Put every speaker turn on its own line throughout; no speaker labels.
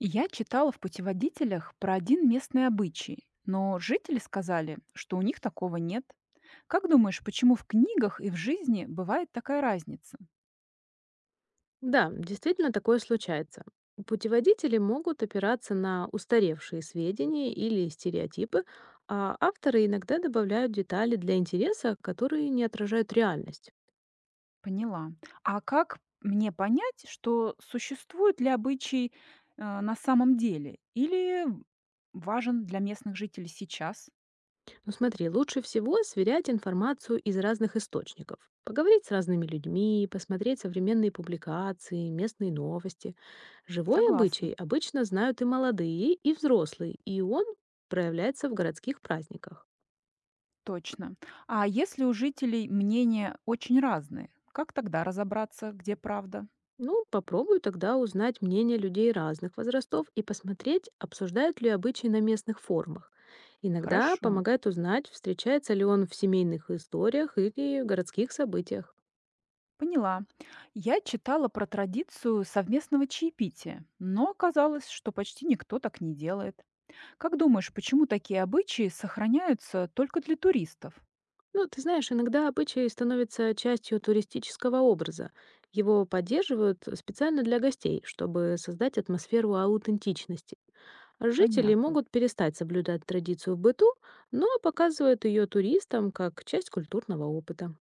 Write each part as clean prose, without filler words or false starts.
Я читала в путеводителях про один местный обычай, но жители сказали, что у них такого нет. Как думаешь, почему в книгах и в жизни бывает такая разница?
Да, действительно такое случается. Путеводители могут опираться на устаревшие сведения или стереотипы, а авторы иногда добавляют детали для интереса, которые не отражают реальность.
Поняла. А как мне понять, что существует ли обычай на самом деле или важен для местных жителей сейчас?
Но смотри, лучше всего сверять информацию из разных источников. Поговорить с разными людьми, посмотреть современные публикации, местные новости. Живой
Согласна.
обычай обычно знают и молодые, и взрослые, и он проявляется в городских праздниках.
Точно. А если у жителей мнения очень разные, как тогда разобраться, где правда?
Ну, попробую тогда узнать мнение людей разных возрастов и посмотреть, обсуждают ли обычаи на местных форумах. Иногда
Хорошо.
помогает узнать, встречается ли он в семейных историях или городских событиях.
Поняла. Я читала про традицию совместного чаепития, но оказалось, что почти никто так не делает. Как думаешь, почему такие обычаи сохраняются только для туристов?
Ну, ты знаешь, иногда обычаи становятся частью туристического образа. Его поддерживают специально для гостей, чтобы создать атмосферу аутентичности. Жители
Понятно.
могут перестать соблюдать традицию в быту, но показывают ее туристам как часть культурного опыта.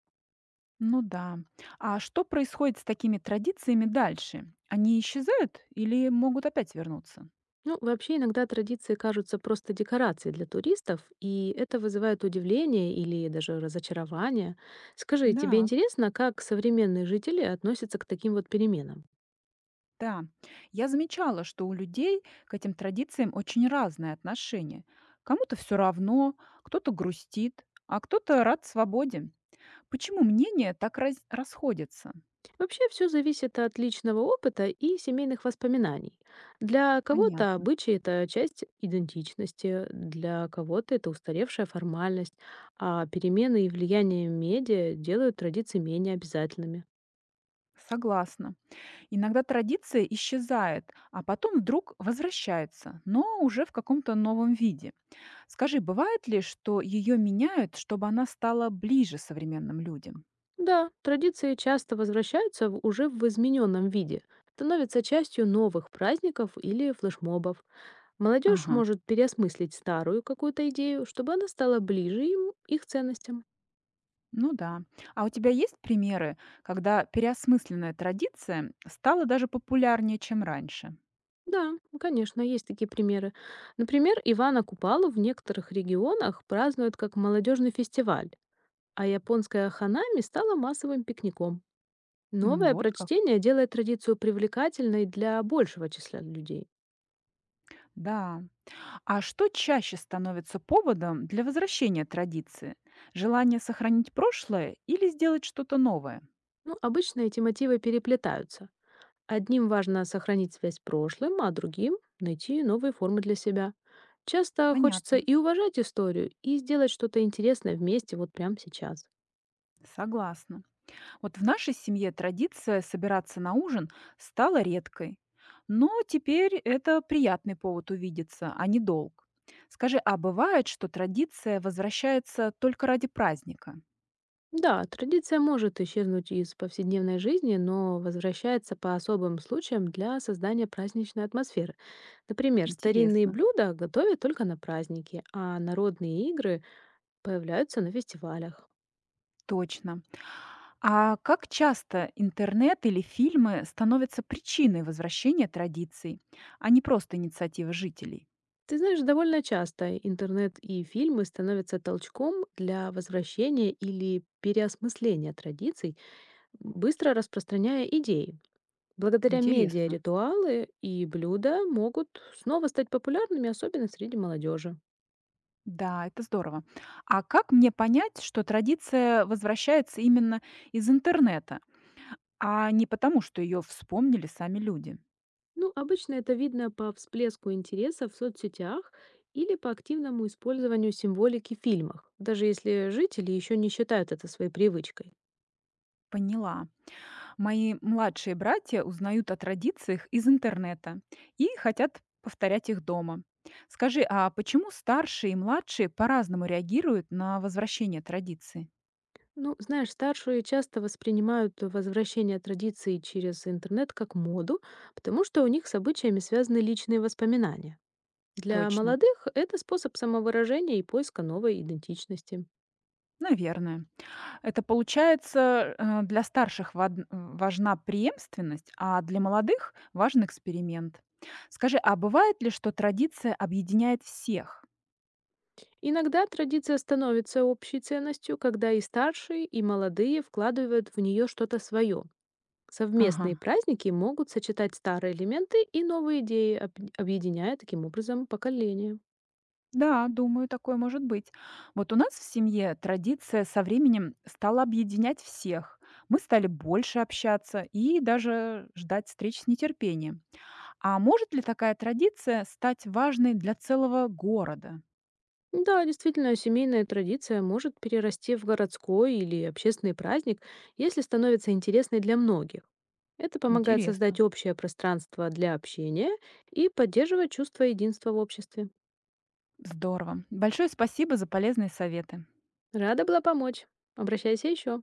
Ну да. А что происходит с такими традициями дальше? Они исчезают или могут опять вернуться?
Ну, вообще иногда традиции кажутся просто декорацией для туристов, и это вызывает удивление или даже разочарование. Скажи, тебе
Да,
интересно, как современные жители относятся к таким вот переменам?
да. Я замечала, что у людей к этим традициям очень разное отношение. Кому-то все равно, кто-то грустит, а кто-то рад свободе. Почему мнения так раз расходятся?
Вообще все зависит от личного опыта и семейных воспоминаний. Для кого-то
Понятно.
обычаи— это часть идентичности, для кого-то это устаревшая формальность, а перемены и влияние медиа делают традиции менее обязательными.
Согласна. Иногда традиция исчезает, а потом вдруг возвращается, но уже в каком-то новом виде. Скажи, бывает ли, что ее меняют, чтобы она стала ближе современным людям?
Да, традиции часто возвращаются уже в измененном виде, становятся частью новых праздников или флешмобов. Молодежь
Ага,
может переосмыслить старую какую-то идею, чтобы она стала ближе им, их ценностям.
ну да. А у тебя есть примеры, когда переосмысленная традиция стала даже популярнее, чем раньше?
Да, ну, конечно, есть такие примеры. Например, Ивана Купалу в некоторых регионах празднуют как молодежный фестиваль, а японская ханами стала массовым пикником.
М,
Новое
вот как.
прочтение делает традицию привлекательной для большего числа людей.
Да, а что чаще становится поводом для возвращения традиции? Желание сохранить прошлое или сделать что-то новое?
Ну, обычно эти мотивы переплетаются. Одним важно сохранить связь с прошлым, а другим— найти новые формы для себя. Часто хочется
Понятно.
и уважать историю, и сделать что-то интересное вместе вот прямо сейчас.
Согласна. Вот в нашей семье традиция собираться на ужин стала редкой. Но теперь это приятный повод увидеться, а не долг. Скажи, а бывает, что традиция возвращается только ради праздника?
Да, традиция может исчезнуть из повседневной жизни, но возвращается по особым случаям для создания праздничной атмосферы. Например, старинные
Интересно.
блюда готовят только на праздники, а народные игры появляются на фестивалях.
Точно. А как часто интернет или фильмы становятся причиной возвращения традиций, а не просто инициативы жителей?
Ты знаешь, довольно часто интернет и фильмы становятся толчком для возвращения или переосмысления традиций, быстро распространяя идеи. Благодаря медиа
Интересно.
ритуалы и блюда могут снова стать популярными, особенно среди молодежи.
Да, это здорово. А как мне понять, что традиция возвращается именно из интернета, а не потому, что ее вспомнили сами люди?
Ну, обычно это видно по всплеску интереса в соцсетях или по активному использованию символики в фильмах, даже если жители еще не считают это своей привычкой.
Поняла. Мои младшие братья узнают о традициях из интернета и хотят повторять их дома. Скажи, а почему старшие и младшие по-разному реагируют на возвращение традиций?
Ну, знаешь, старшие часто воспринимают возвращение традиций через интернет как моду, потому что у них с обычаями связаны личные воспоминания. Для
Точно.
молодых это способ самовыражения и поиска новой идентичности.
Наверное. Это получается, для старших важна преемственность, а для молодых важен эксперимент. Скажи, а бывает ли, что традиция объединяет всех?
Иногда традиция становится общей ценностью, когда и старшие, и молодые вкладывают в нее что-то свое.
Ага.
Совместные праздники могут сочетать старые элементы и новые идеи, объединяя таким образом поколения.
Да, думаю, такое может быть. Вот у нас в семье традиция со временем стала объединять всех. Мы стали больше общаться и даже ждать встреч с нетерпением. А может ли такая традиция стать важной для целого города?
Ну да, действительно, семейная традиция может перерасти в городской или общественный праздник, если становится интересной для многих. Это помогает
Интересно.
создать общее пространство для общения и поддерживать чувство единства в обществе.
Здорово. Большое спасибо за полезные советы.
Рада была помочь. Обращайся еще.